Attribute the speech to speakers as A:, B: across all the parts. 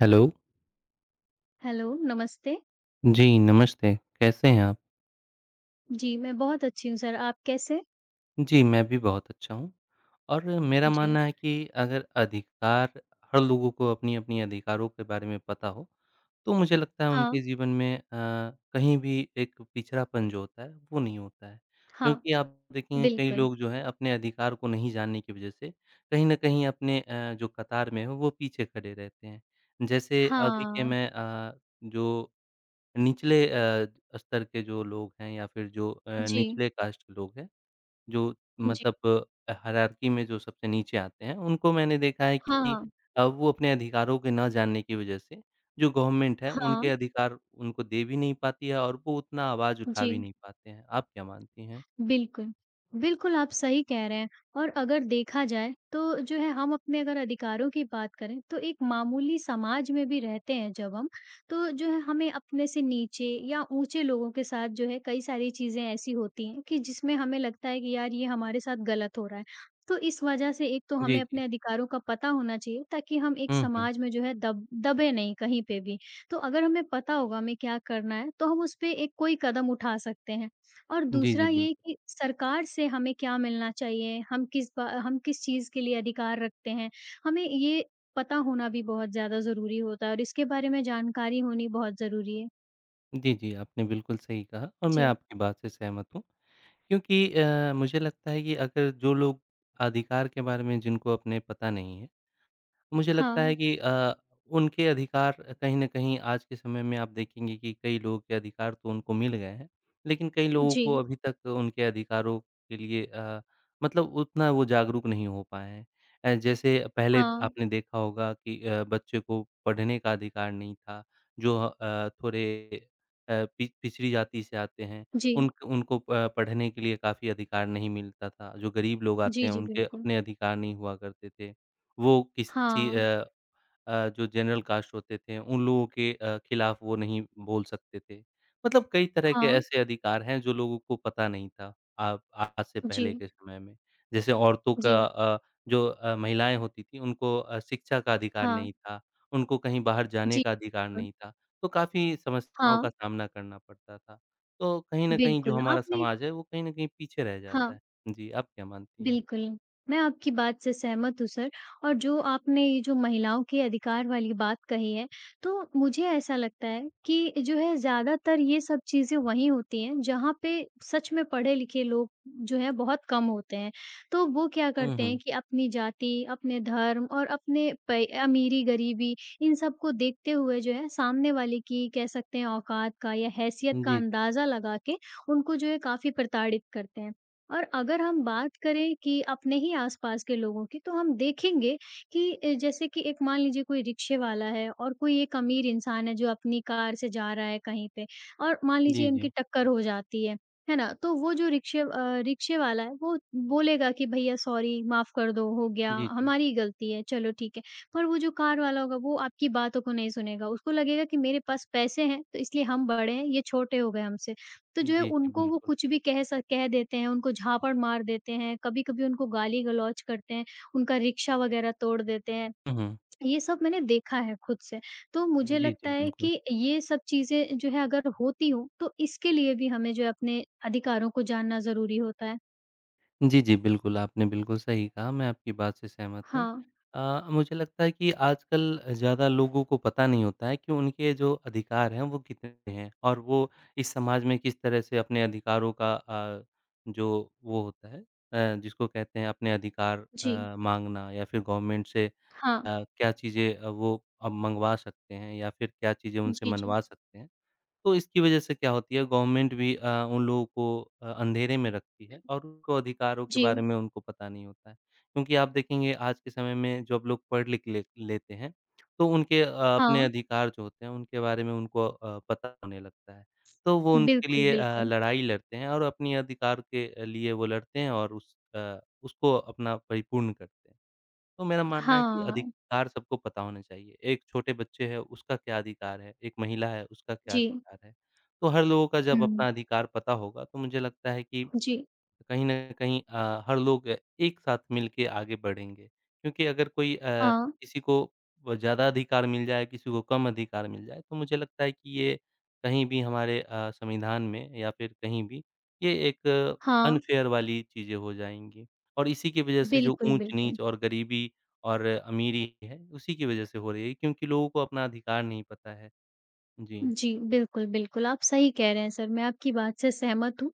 A: Hello.
B: Hello, नमस्ते।
A: जी, नमस्ते, कैसे हैं आप?
B: जी, मैं बहुत अच्छी हूँ सर, आप कैसे?
A: जी, मैं भी बहुत अच्छा हूँ और मेरा
B: जी।
A: मानना है कि अगर अधिकार हर लोगों को अपनी-अपनी अधिकारों के बारे में पता हो, तो मुझे लगता है
B: हाँ,
A: उनके जीवन में कहीं भी एक पिछड़ापन जो होता है, वो नहीं होता है।
B: हाँ,
A: क्योंकि आप देखेंगे कई
B: बिल्कुल।
A: लोग जो हैं अपने अधिकार को नहीं जानने की वज़ह से कहीं न कहीं अपने जो कतार में हो, वो पीछे खड़े रहते हैं। जैसे अभी के
B: हाँ,
A: मैं जो निचले स्तर के जो लोग हैं या फिर जो
B: जी,
A: निचले कास्ट के लोग हैं, जो
B: जी।
A: मतलब हायरार्की में जो सबसे नीचे आते हैं, उनको मैंने देखा है कि
B: हाँ,
A: वो अपने अधिकारों के ना जानने की वजह से, जो गवर्नमेंट है,
B: हाँ,
A: उनके अधिकार उनको दे भी नहीं पाती है और वो उतना आवाज़
B: हाँ,
A: उठा भी
B: जी।
A: नहीं पाते हैं। आप क्या मानती हैं?
B: बिल्कुल। बिल्कुल, आप सही कह रहे हैं और अगर देखा जाए तो जो है हम अपने अगर अधिकारों की बात करें तो एक मामूली समाज में भी रहते हैं जब हम, तो जो है हमें अपने से नीचे या ऊँचे लोगों के साथ जो है कई सारी चीज़ें ऐसी होती हैं कि जिसमें हमें लगता है कि यार ये हमारे साथ गलत हो रहा है। तो इस वजह से एक तो
A: जी,
B: हमें
A: जी।
B: अपने अधिकारों का पता होना चाहिए ताकि हम एक
A: हुँ, हुँ।
B: समाज में जो है दब दबे नहीं कहीं पे भी। तो अगर हमें पता होगा हमें क्या करना है तो हम उसपे एक कोई कदम उठा सकते हैं। और
A: जी, जी,
B: दूसरा
A: बिल्कुल।
B: ये कि सरकार से हमें क्या मिलना चाहिए, हम किस चीज़ के लिए अधिकार रखते हैं, हमें ये पता होना भी बहुत ज़्यादा ज़रूरी होता है और इसके बारे में जानकारी होनी बहुत ज़रूरी है।
A: जी, जी, आपने बिल्कुल सही कहा और मैं
B: जी,
A: आपकी बात से सहमत हूँ क्योंकि मुझे लगता है कि अगर जो लोग अधिकार के बारे में जिनको अपने पता नहीं है मुझे लगता है
B: हाँ,
A: कि उनके अधिकार कहीं न कहीं आज के समय में आप देखेंगे कि कई लोगों के अधिकार तो उनको मिल गए हैं, लेकिन कई लोगों
B: जी,
A: को अभी तक उनके अधिकारों के लिए मतलब उतना वो जागरूक नहीं हो पाए हैं। जैसे पहले
B: हाँ,
A: आपने देखा होगा कि बच्चे को पढ़ने का अधिकार नहीं था, जो थोड़े अ, पि पिछड़ी जाति से आते हैं,
B: जी,
A: उन उनको पढ़ने के लिए काफ़ी अधिकार नहीं मिलता था। जो गरीब लोग आते
B: जी,
A: हैं,
B: जी,
A: उनके
B: बिल्कुल।
A: अपने अधिकार नहीं हुआ करते थे। वो किसी
B: हाँ,
A: जो जनरल कास्ट होते थे, उन लोगों के खिलाफ वो नहीं बोल सकते थे। मतलब कई तरह के
B: हाँ,
A: ऐसे अधिकार हैं जो लोगों को पता नहीं था आ आज से पहले
B: जी,
A: के समय में। जैसे औरतों का
B: जी,
A: जो महिलाएँ होती थीं उनको शिक्षा का अधिकार
B: हाँ,
A: नहीं था, उनको कहीं बाहर जाने
B: जी,
A: का अधिकार
B: बिल्कुल।
A: नहीं था, तो काफ़ी समस्याओं
B: हाँ,
A: का सामना करना पड़ता था। तो कहीं न कहीं जो
B: बिल्कुल,
A: हमारा
B: आपने
A: समाज है वो कहीं न कहीं पीछे रह
B: हाँ।
A: जाता है। जी, आप क्या मानती हैं?
B: बिल्कुल, मैं आपकी बात से सहमत हूँ सर और जो आपने ये जो महिलाओं के अधिकार वाली बात कही है, तो मुझे ऐसा लगता है कि जो है ज़्यादातर ये सब चीज़ें वहीं होती हैं, जहाँ पे सच में पढ़े-लिखे लोग जो हैं बहुत कम होते हैं। तो वो क्या
A: हुँ,
B: करते हैं
A: हुँ।
B: कि अपनी जाति, अपने धर्म और अपने पै अमीरी-गरीबी इन सब को देखते हुए जो है सामने वाले की कह सकते हैं औकात का या हैसियत का
A: जी,
B: अंदाज़ा लगा के उनको जो है काफ़ी प्रताड़ित करते हैं। और अगर हम बात करें कि अपने ही आसपास के लोगों की, तो हम देखेंगे कि जैसे कि एक मान लीजिए कोई रिक्शे वाला है और कोई एक अमीर इंसान है जो अपनी कार से जा रहा है कहीं पे और मान
A: जी,
B: लीजिए उनकी
A: जी।
B: टक्कर हो जाती है ना? तो वो जो रिक्शे वाला है वो बोलेगा कि भैया सॉरी माफ़ कर दो, हो गया,
A: जी, जी।
B: हमारी ही गलती है, चलो ठीक है। पर वो जो कार वाला होगा वो आपकी बातों को नहीं सुनेगा, उसको लगेगा कि मेरे पास पैसे हैं तो इसलिए हम बड़े हैं, ये छोटे हो गए हमसे। तो जो है
A: जी, जी,
B: उनको वो
A: बिल्कुल।
B: कुछ भी कह देते हैं, उनको झापड़ मार देते हैं, कभी-कभी उनको गाली-गलौज करते हैं, उनका रिक्शा वगैरह तोड़ देते हैं।
A: हुँ, हुँ।
B: ये सब मैंने देखा है खुद से। तो मुझे
A: जी, जी,
B: लगता है
A: बिल्कुल।
B: कि ये सब चीज़ें जो है अगर होती हों, तो इसके लिए भी हमें जो है अपने अधिकारों को जानना ज़रूरी होता है।
A: जी, जी, बिल्कुल, आपने बिल्कुल सही कहा, मैं आपकी बात से सहमत हूँ।
B: हाँ,
A: मुझे लगता है कि आजकल ज़्यादा लोगों को पता नहीं होता है कि उनके जो अधिकार हैं, वो कितने हैं और वो इस समाज में किस तरह से अपने अधिकारों का जो वो होता है जिसको कहते हैं अपने अधिकार
B: जी।
A: माँगना या फिर गवर्नमेंट से
B: हाँ।
A: क्या चीज़ें वो अब मँगवा सकते हैं या फिर क्या चीज़ें उनसे
B: जी, जी।
A: मनवा सकते हैं। तो इसकी वजह से क्या होती है गवर्नमेंट भी उन लोगों को अंधेरे में रखती है और उनको अधिकारों के
B: जी।
A: बारे में उनको पता नहीं होता है। क्योंकि आप देखेंगे आज के समय में जब लोग पढ़ लिख ले लेते हैं, तो उनके अपने
B: हाँ,
A: अधिकार जो होते हैं उनके बारे में उनको पता होने लगता है। तो वो उनके
B: बिल्कुल,
A: लिए
B: बिल्कुल।
A: लड़ाई लड़ते हैं और अपने अधिकार के लिए वो लड़ते हैं और उस उसको अपना परिपूर्ण करते हैं। तो मेरा मानना है कि
B: हाँ,
A: अधिकार सबको पता होना चाहिए। एक छोटे बच्चे है, उसका क्या अधिकार है? एक महिला है, उसका क्या
B: जी।
A: अधिकार है? तो हर लोगों का जब
B: हुँ।
A: अपना अधिकार पता होगा, तो मुझे लगता है कि
B: जी।
A: कहीं न कहीं हर लोग एक साथ मिल के आगे बढ़ेंगे। क्योंकि अगर कोई
B: हाँ,
A: किसी को ब ज़्यादा अधिकार मिल जाए, किसी को कम अधिकार मिल जाए, तो मुझे लगता है कि ये कहीं भी हमारे संविधान में या फिर कहीं भी ये एक
B: हाँ।
A: अनफ़ेयर वाली चीज़ें हो जाएँगी। और इसी की वजह से जो
B: बिल्कुल, बिल्कुल।
A: ऊँच-नीच और गरीबी और अमीरी है, उसी की वजह से हो रही है क्योंकि लोगों को अपना अधिकार नहीं पता है। जी।
B: जी, बिल्कुल, बिल्कुल, आप सही कह रहे हैं सर, मैं आपकी बात से सहमत हूँ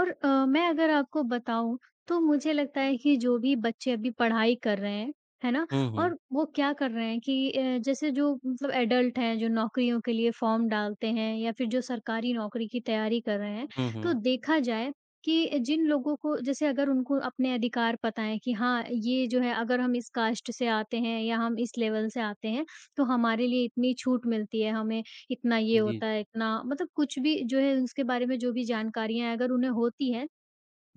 B: और मैं अगर आपको बताऊँ, तो मुझे लगता है कि जो भी बच्चे अभी पढ़ाई कर रहे हैं, है ना?
A: हुँ, हुँ।
B: और वो क्या कर रहे हैं कि जैसे जो मतलब एडल्ट हैं, जो नौकरियों के लिए फ़ॉर्म डालते हैं या फिर जो सरकारी नौकरी की तैयारी कर रहे हैं,
A: हुँ,
B: तो
A: हुँ।
B: देखा जाए कि जिन लोगों को जैसे अगर उनको अपने अधिकार पता हैं कि हाँ, ये जो है अगर हम इस कास्ट से आते हैं या हम इस लेवल से आते हैं, तो हमारे लिए इतनी छूट मिलती है, हमें इतना ये
A: जी।
B: होता है, इतना मतलब कुछ भी जो है उसके बारे में जो भी जानकारियाँ अगर उन्हें होती हैं,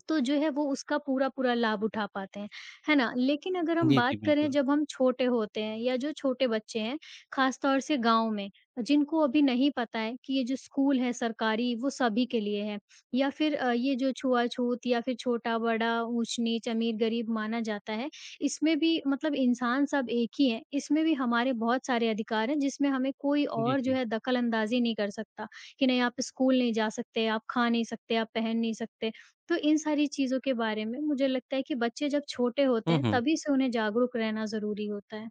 B: तो जो है वो उसका पूरा-पूरा लाभ उठा पाते हैं, है ना? लेकिन अगर हम
A: जी, जी,
B: बात करें
A: बिल्कुल।
B: जब हम छोटे होते हैं या जो छोटे बच्चे हैं, ख़ास तौर से गाँव में, जिनको अभी नहीं पता है कि ये जो स्कूल है सरकारी वो सभी के लिए है या फिर ये जो छुआ-छूत या फिर छोटा-बड़ा, ऊँच-नीच, अमीर-गरीब माना जाता है, इसमें भी मतलब इंसान सब एक ही हैं, इसमें भी हमारे बहुत सारे अधिकार हैं जिसमें हमें कोई
A: जी,
B: और जो
A: जी।
B: है दखल अंदाज़ी नहीं कर सकता, कि नहीं आप स्कूल नहीं जा सकते, आप खा नहीं सकते, आप पहन नहीं सकते। तो इन सारी चीज़ों के बारे में मुझे लगता है कि बच्चे जब छोटे होते
A: हुँ,
B: हैं,
A: हुँ।
B: तभी से उन्हें जागरूक रहना ज़रूरी होता है।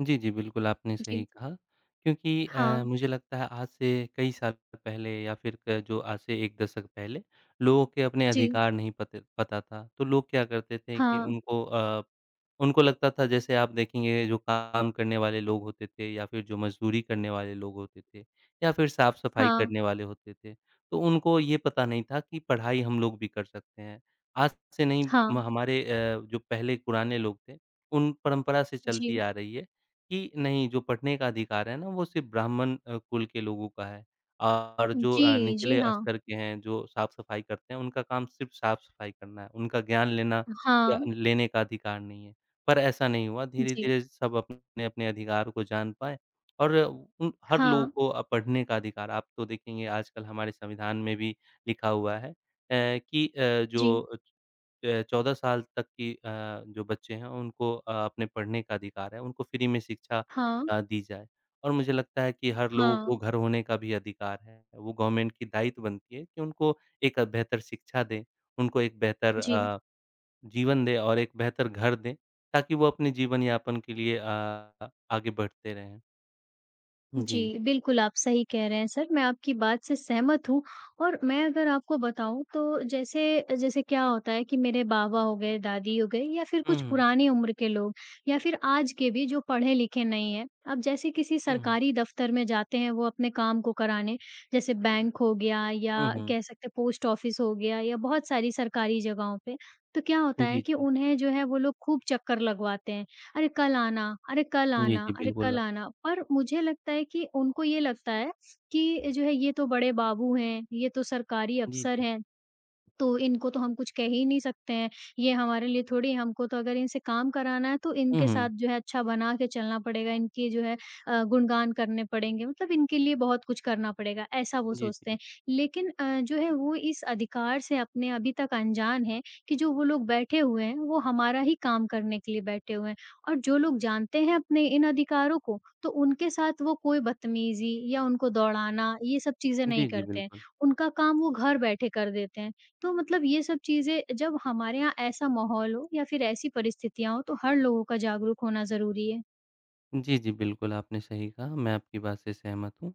A: जी, जी, बिल्कुल आपने सही
B: जी।
A: कहा क्योंकि
B: हाँ,
A: मुझे लगता है आज से कई साल पहले या फिर क जो आज से 1 दशक पहले लोगों के अपने
B: जी,
A: अधिकार नहीं पते पता था। तो लोग क्या करते थे कि
B: हाँ,
A: उनको लगता था जैसे आप देखेंगे जो काम करने वाले लोग होते थे या फिर जो मज़दूरी करने वाले लोग होते थे या फिर साफ-सफाई
B: हाँ,
A: करने वाले होते थे। तो उनको ये पता नहीं था कि पढ़ाई हम लोग भी कर सकते हैं। आज से नहीं
B: हाँ,
A: म हमारे जो पहले पुराने लोग थे, उन परंपरा से चलती
B: जी,
A: आ रही है कि नहीं, जो पढ़ने का अधिकार है ना, वो सिर्फ़ ब्राह्मण कुल के लोगों का है और जो
B: जी, जी,
A: निचले
B: हाँ,
A: स्तर के हैं, जो साफ-सफाई करते हैं, उनका काम सिर्फ़ साफ-सफाई करना है। उनका ज्ञान लेना या
B: हाँ,
A: लेने का अधिकार नहीं है। पर ऐसा नहीं हुआ,
B: जी,
A: धीरे-धीरे सब अपने-अपने अधिकार को जान पाए और उन हर लोगों
B: हाँ,
A: को पढ़ने का अधिकार आप तो देखेंगे आजकल हमारे संविधान में भी लिखा हुआ है कि
B: जी,
A: जो 14 साल तक की जो बच्चे हैं उनको अपने पढ़ने का अधिकार है, उनको फ्री में शिक्षा
B: हाँ,
A: दी जाए। और मुझे लगता है कि हर लोगों को
B: हाँ,
A: घर होने का भी अधिकार है, वो गवर्नमेंट की दायित्व बनती है कि उनको एक बेहतर शिक्षा दें, उनको एक बेहतर
B: जी।
A: जीवन दें और एक बेहतर घर दें, ताकि वो अपने जीवन यापन के लिए आगे बढ़ते रहें। जी।
B: जी, बिल्कुल आप सही कह रहे हैं सर, मैं आपकी बात से सहमत हूँ और मैं अगर आपको बताऊँ तो जैसे जैसे क्या होता है कि मेरे बाबा हो गए, दादी हो गए या फिर
A: हुँ,
B: कुछ
A: हुँ,
B: पुरानी उम्र के लोग या फिर आज के भी जो पढ़े-लिखे नहीं हैं। अब जैसे किसी
A: हुँ,
B: सरकारी दफ़्तर में जाते हैं वो अपने काम को कराने, जैसे बैंक हो गया
A: हुँ,
B: या
A: हुँ, हुँ।
B: कह सकते हैं पोस्ट ऑफ़िस हो गया या बहुत सारी सरकारी जगहों पे, तो क्या होता है
A: जी,
B: कि
A: जी।
B: उन्हें जो है वो लोग खूब चक्कर लगवाते हैं। अरे कल आना, अरे कल
A: जी,
B: आना,
A: जी,
B: अरे कल
A: बिल्कुल।
B: आना। पर मुझे लगता है कि उनको ये लगता है कि जो है ये तो बड़े बाबू हैं, ये तो सरकारी
A: जी,
B: अफ़सर
A: जी।
B: हैं, तो इनको तो हम कुछ कह ही नहीं सकते हैं, ये हमारे लिए थोड़ी हमको तो अगर इनसे काम कराना है तो
A: हुँ,
B: इनके साथ
A: हुँ।
B: जो है अच्छा बना के चलना पड़ेगा, इनके जो है गुणगान करने पड़ेंगे मतलब इनके लिए बहुत कुछ करना पड़ेगा, ऐसा वो
A: जी,
B: सोचते
A: जी।
B: हैं। लेकिन जो है वो इस अधिकार से अपने अभी तक अनजान हैं कि जो वो लोग बैठे हुए हैं, वो हमारा ही काम करने के लिए बैठे हुए हैं और जो लोग जानते हैं अपने इन अधिकारों को, तो उनके साथ वो कोई बदतमीज़ी या उनको दौड़ाना, ये सब चीज़ें नहीं
A: जी, जी,
B: करते हैं।
A: बिल्कुल।
B: उनका काम वो घर बैठे कर देते हैं। तो मतलब ये सब चीज़ें जब हमारे यहाँ ऐसा माहौल हो या फिर ऐसी परिस्थितियाँ हों, तो हर लोगों का जागरूक होना ज़रूरी है।
A: जी, जी, बिल्कुल, आपने सही कहा, मैं आपकी बात से सहमत हूँ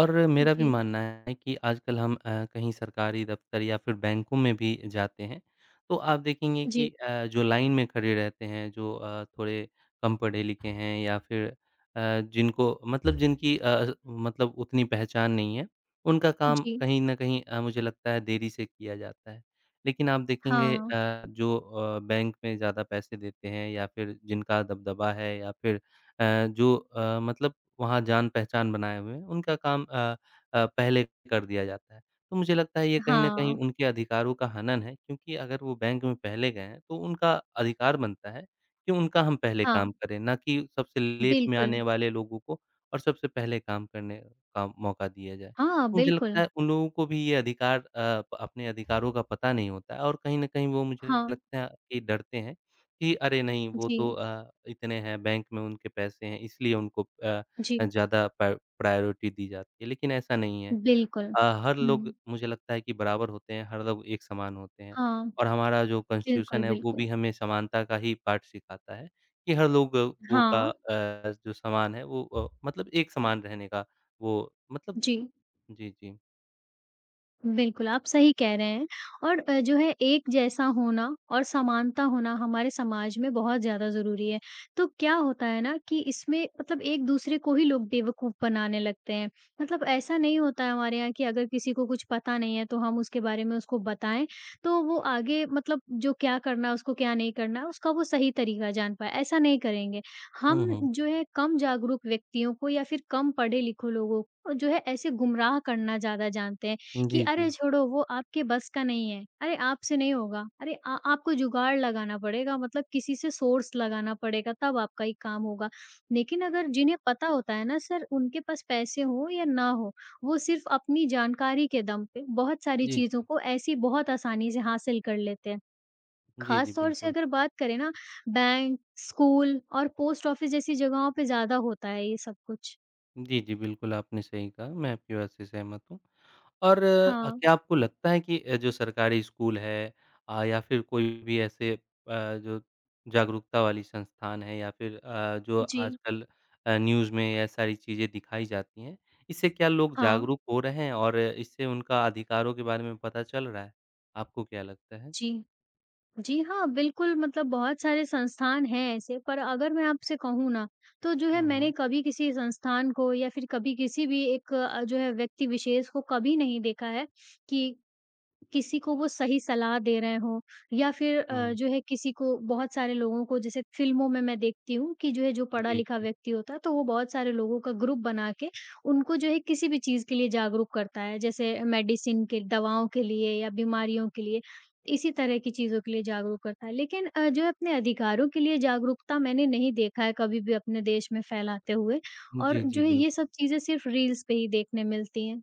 A: और मेरा भी
B: जी,
A: मानना है कि आजकल हम कहीं सरकारी दफ़्तर या फिर बैंकों में भी जाते हैं, तो आप देखेंगे कि
B: जी,
A: जो लाइन में खड़े रहते हैं, जो थोड़े कम पढ़े-लिखे हैं या फिर जिनको मतलब जिनकी मतलब उतनी पहचान नहीं है, उनका काम
B: जी।
A: कहीं न कहीं मुझे लगता है देरी से किया जाता है। लेकिन आप देखेंगे
B: हाँ,
A: जो बैंक में ज़्यादा पैसे देते हैं या फिर जिनका दबदबा है या फिर जो मतलब वहाँ जान-पहचान बनाए हुए हैं, उनका काम पहले कर दिया जाता है। तो मुझे लगता है ये कहीं न कहीं
B: हाँ,
A: उनके अधिकारों का हनन है क्योंकि अगर वो बैंक में पहले गए हैं, तो उनका अधिकार बनता है कि उनका हम पहले
B: हाँ,
A: काम करें, ना कि सबसे लेट में
B: बिल्कुल।
A: आने वाले लोगों को और सबसे पहले काम करने का मौका दिया जाए।
B: हाँ,
A: तो मुझे लगता
B: बिल्कुल।
A: है उन लोगों को भी ये अधिकार अ, प अपने अधिकारों का पता नहीं होता है और कहीं न कहीं वो मुझे
B: हाँ,
A: लगता है कि डरते हैं। कि अरे नहीं वो तो
B: जी,
A: इतने हैं बैंक में उनके पैसे हैं इसलिए उनको
B: जी,
A: ज़्यादा प्रायोरिटी दी जाती है, लेकिन ऐसा नहीं है।
B: बिल्कुल।
A: हर लोग
B: हुँ,
A: मुझे लगता है कि बराबर होते हैं, हर लोग एक समान होते हैं
B: हाँ,
A: और हमारा जो
B: बिल्कुल,
A: कॉन्स्टिट्यूशन है वो भी
B: बिल्कुल।
A: हमें समानता का ही पाठ सिखाता है कि हर लोगों गो का
B: हाँ,
A: जो समान है वो मतलब एक समान रहने का वो मतलब
B: जी।
A: जी, जी।
B: बिल्कुल, आप सही कह रहे हैं और जो है एक जैसा होना और समानता होना हमारे समाज में बहुत ज़्यादा ज़रूरी है। तो क्या होता है ना कि इसमें मतलब एक-दूसरे को ही लोग बेवकूफ़ बनाने लगते हैं। मतलब ऐसा नहीं होता है हमारे यहाँ कि अगर किसी को कुछ पता नहीं है तो हम उसके बारे में उसको बताएँ, तो वो आगे मतलब जो क्या करना है, उसको क्या नहीं करना है, उसका वो सही तरीका जान पाए, ऐसा नहीं करेंगे।
A: हुँ,
B: हम
A: हुँ।
B: जो है कम जागरूक व्यक्तियों को या फिर कम पढ़े-लिखे लोगों को जो है ऐसे गुमराह करना ज़्यादा जानते हैं। कि
A: जी,
B: अरे
A: जी।
B: छोड़ो वो आपके बस का नहीं है, अरे आपसे नहीं होगा, अरे आ आपको जुगाड़ लगाना पड़ेगा मतलब किसी से सोर्स लगाना पड़ेगा तब आपका ये काम होगा। लेकिन अगर जिन्हें पता होता है ना सर उनके पास पैसे हों या ना हो, वो सिर्फ अपनी जानकारी के दम पे बहुत सारी
A: जी, जी।
B: चीज़ों को ऐसी बहुत आसानी से हासिल कर लेते हैं।
A: जी, जी,
B: ख़ास तौर से
A: बिल्कुल।
B: अगर बात करें ना बैंक, स्कूल और पोस्ट ऑफ़िस जैसी जगहों पे ज़्यादा होता है ये सब कुछ।
A: जी, जी, बिल्कुल आपने सही कहा, मैं आपकी बात से सहमत हूँ। और
B: हाँ,
A: क्या आपको लगता है कि जो सरकारी स्कूल है या फिर कोई भी ऐसे जो जागरूकता वाली संस्थान है या फिर जो
B: जी।
A: आजकल न्यूज़ में ये सारी चीज़ें दिखाई जाती हैं, इससे क्या लोग
B: हाँ,
A: जागरूक हो रहे हैं और इससे उनका अधिकारों के बारे में पता चल रहा है? आपको क्या लगता है?
B: जी। जी हाँ, बिल्कुल मतलब बहुत सारे संस्थान हैं ऐसे, पर अगर मैं आपसे कहूँ ना, तो जो है
A: हुँ,
B: मैंने
A: हुँ।
B: कभी किसी संस्थान को या फिर कभी किसी भी एक जो है व्यक्ति विशेष को कभी नहीं देखा है कि किसी को वो सही सलाह दे रहे हों या फिर
A: हुँ,
B: जो है किसी को बहुत सारे लोगों को जैसे फ़िल्मों में मैं देखती हूँ कि जो है जो
A: जी,
B: पढ़ा-लिखा
A: जी।
B: व्यक्ति होता है, तो वो बहुत सारे लोगों का ग्रुप बना के उनको जो है किसी भी चीज़ के लिए जागरूक करता है। जैसे मेडिसिन के दवाओं के लिए या बीमारियों के लिए, इसी तरह की चीज़ों के लिए जागरूक करता है। लेकिन जो है अपने अधिकारों के लिए जागरूकता मैंने नहीं देखा है कभी भी अपने देश में फैलाते हुए
A: जी,
B: और
A: जी,
B: जो है ये
A: बिल्कुल।
B: सब चीज़ें सिर्फ़ रील्स पे ही देखने मिलती हैं।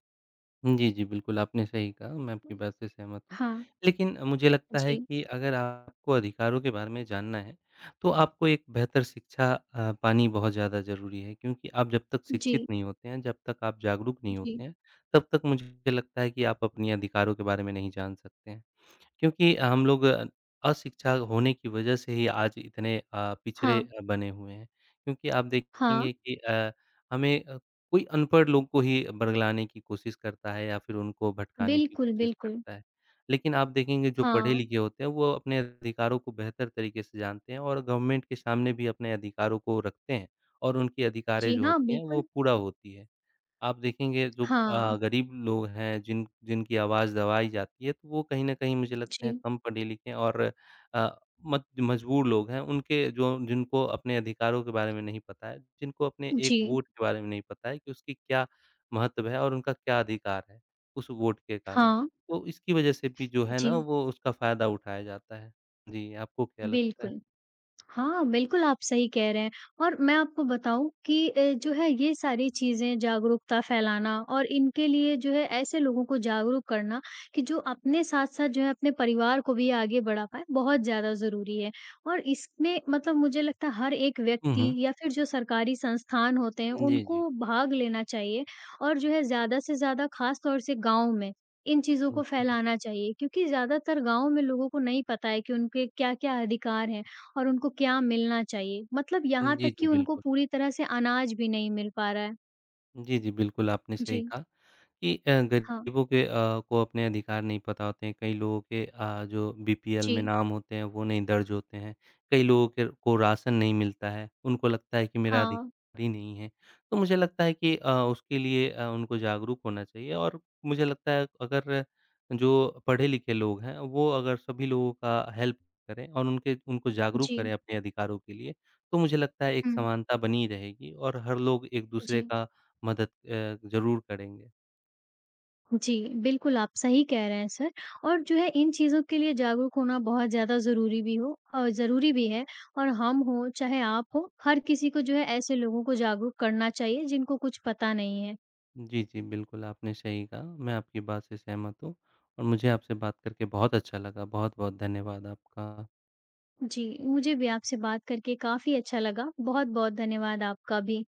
A: जी, जी, बिल्कुल, आपने सही कहा, मैं आपकी बात से सहमत हूँ।
B: हाँ।
A: लेकिन मुझे लगता है
B: जी।
A: कि अगर आपको अधिकारों के बारे में जानना है, तो आपको एक बेहतर शिक्षा पानी बहुत ज़्यादा ज़रूरी है क्योंकि आप जब तक शिक्षित
B: जी,
A: नहीं होते हैं, जब तक आप जागरूक नहीं
B: जी।
A: होते हैं, तब तक मुझे लगता है कि आप अपने अधिकारों के बारे में नहीं जान सकते हैं। क्योंकि हम लोग अशिक्षा होने की वजह से ही आज इतने पिछड़े
B: हाँ,
A: बने हुए हैं। क्योंकि आप
B: हाँ,
A: देखेंगे कि हमें कोई अनपढ़ लोग को ही बरगलाने की कोशिश करता है या फिर उनको भटकाने की
B: बिल्कुल,
A: कोशिश
B: बिल्कुल।
A: करता है। लेकिन आप देखेंगे जो
B: हाँ,
A: पढ़े-लिखे होते हैं वो अपने अधिकारों को बेहतर तरीके से जानते हैं और गवर्नमेंट के सामने भी अपने अधिकारों को रखते हैं और उनकी अधिकारें
B: जी
A: जो
B: हाँ,
A: होती हैं वो
B: बिल्कुल।
A: पूरा होती है। आप देखेंगे जो
B: हाँ,
A: गरीब लोग हैं, जिनकी आवाज़ दबाई जाती है, तो वो कहीं न कहीं मुझे लगता है
B: जी,
A: कम पढ़े-लिखे और अ, मत मजबूर लोग हैं, उनके जो जिनको अपने अधिकारों के बारे में नहीं पता है, जिनको अपने एक
B: जी,
A: वोट के बारे में नहीं पता है कि उसकी क्या महत्व है और उनका क्या अधिकार है, उस वोट के कारण।
B: हाँ,
A: तो इसकी वजह से भी जो है ना,
B: जी,
A: वो उसका फ़ायदा उठाया जाता है। जी, आपको क्या लगता है?
B: बिल्कुल। हाँ, बिल्कुल आप सही कह रहे हैं और मैं आपको बताऊँ कि जो है ये सारी चीज़ें जागरूकता फैलाना और इनके लिए जो है ऐसे लोगों को जागरूक करना कि जो अपने साथ-साथ जो है अपने परिवार को भी आगे बढ़ा पाएँ, बहुत ज़्यादा ज़रूरी है। और इसमें मतलब मुझे लगता है हर एक
A: हुँ,
B: व्यक्ति
A: हुँ।
B: या फिर जो सरकारी संस्थान होते हैं
A: जी, जी।
B: उनको भाग लेना चाहिए और जो है ज़्यादा से ज़्यादा ख़ास तौर से गाँव में इन चीज़ों को
A: जी,
B: फैलाना चाहिए क्योंकि ज़्यादातर गाँव में लोगों को नहीं पता है कि उनके क्या-क्या अधिकार हैं। और उनको क्या मिलना चाहिए? मतलब यहाँ
A: जी,
B: तक
A: जी,
B: कि उनको
A: बिल्कुल।
B: पूरी तरह से अनाज भी नहीं मिल पा रहा है।
A: जी, जी, बिल्कुल, आपने सही
B: जी,
A: कहा। कि
B: हाँ,
A: गरीबों के को अपने अधिकार नहीं पता होते हैं। कई लोगों के जो बीपीएल में
B: जी,
A: नाम होते हैं वो नहीं दर्ज होते हैं। कई लोगों के को राशन नहीं मिलता है। उनको लगता है कि मेरा
B: हाँ,
A: अधिकार ही नहीं है। तो मुझे लगता है कि उसके लिए उनको जागरूक होना चाहिए और मुझे लगता है अगर जो पढ़े-लिखे लोग हैं वो अगर सभी लोगों का हेल्प करें और उनके उनको जागरूक
B: जी,
A: करें अपने अधिकारों के लिए, तो मुझे लगता है एक
B: हुँ,
A: समानता बनी रहेगी और हर लोग एक-दूसरे
B: जी,
A: का मदद ज़रूर करेंगे।
B: जी, बिल्कुल आप सही कह रहे हैं सर और जो है इन चीज़ों के लिए जागरूक होना बहुत ज़्यादा ज़रूरी भी है और हम हों, चाहे आप हो, हर किसी को जो है ऐसे लोगों को जागरूक करना चाहिए जिनको कुछ पता नहीं है।
A: जी, जी, बिल्कुल आपने सही कहा। मैं आपकी बात से सहमत हूँ और मुझे आपसे बात करके बहुत अच्छा लगा। बहुत-बहुत धन्यवाद आपका।
B: जी, मुझे भी आपसे बात करके काफ़ी अच्छा लगा। बहुत-बहुत धन्यवाद आपका भी।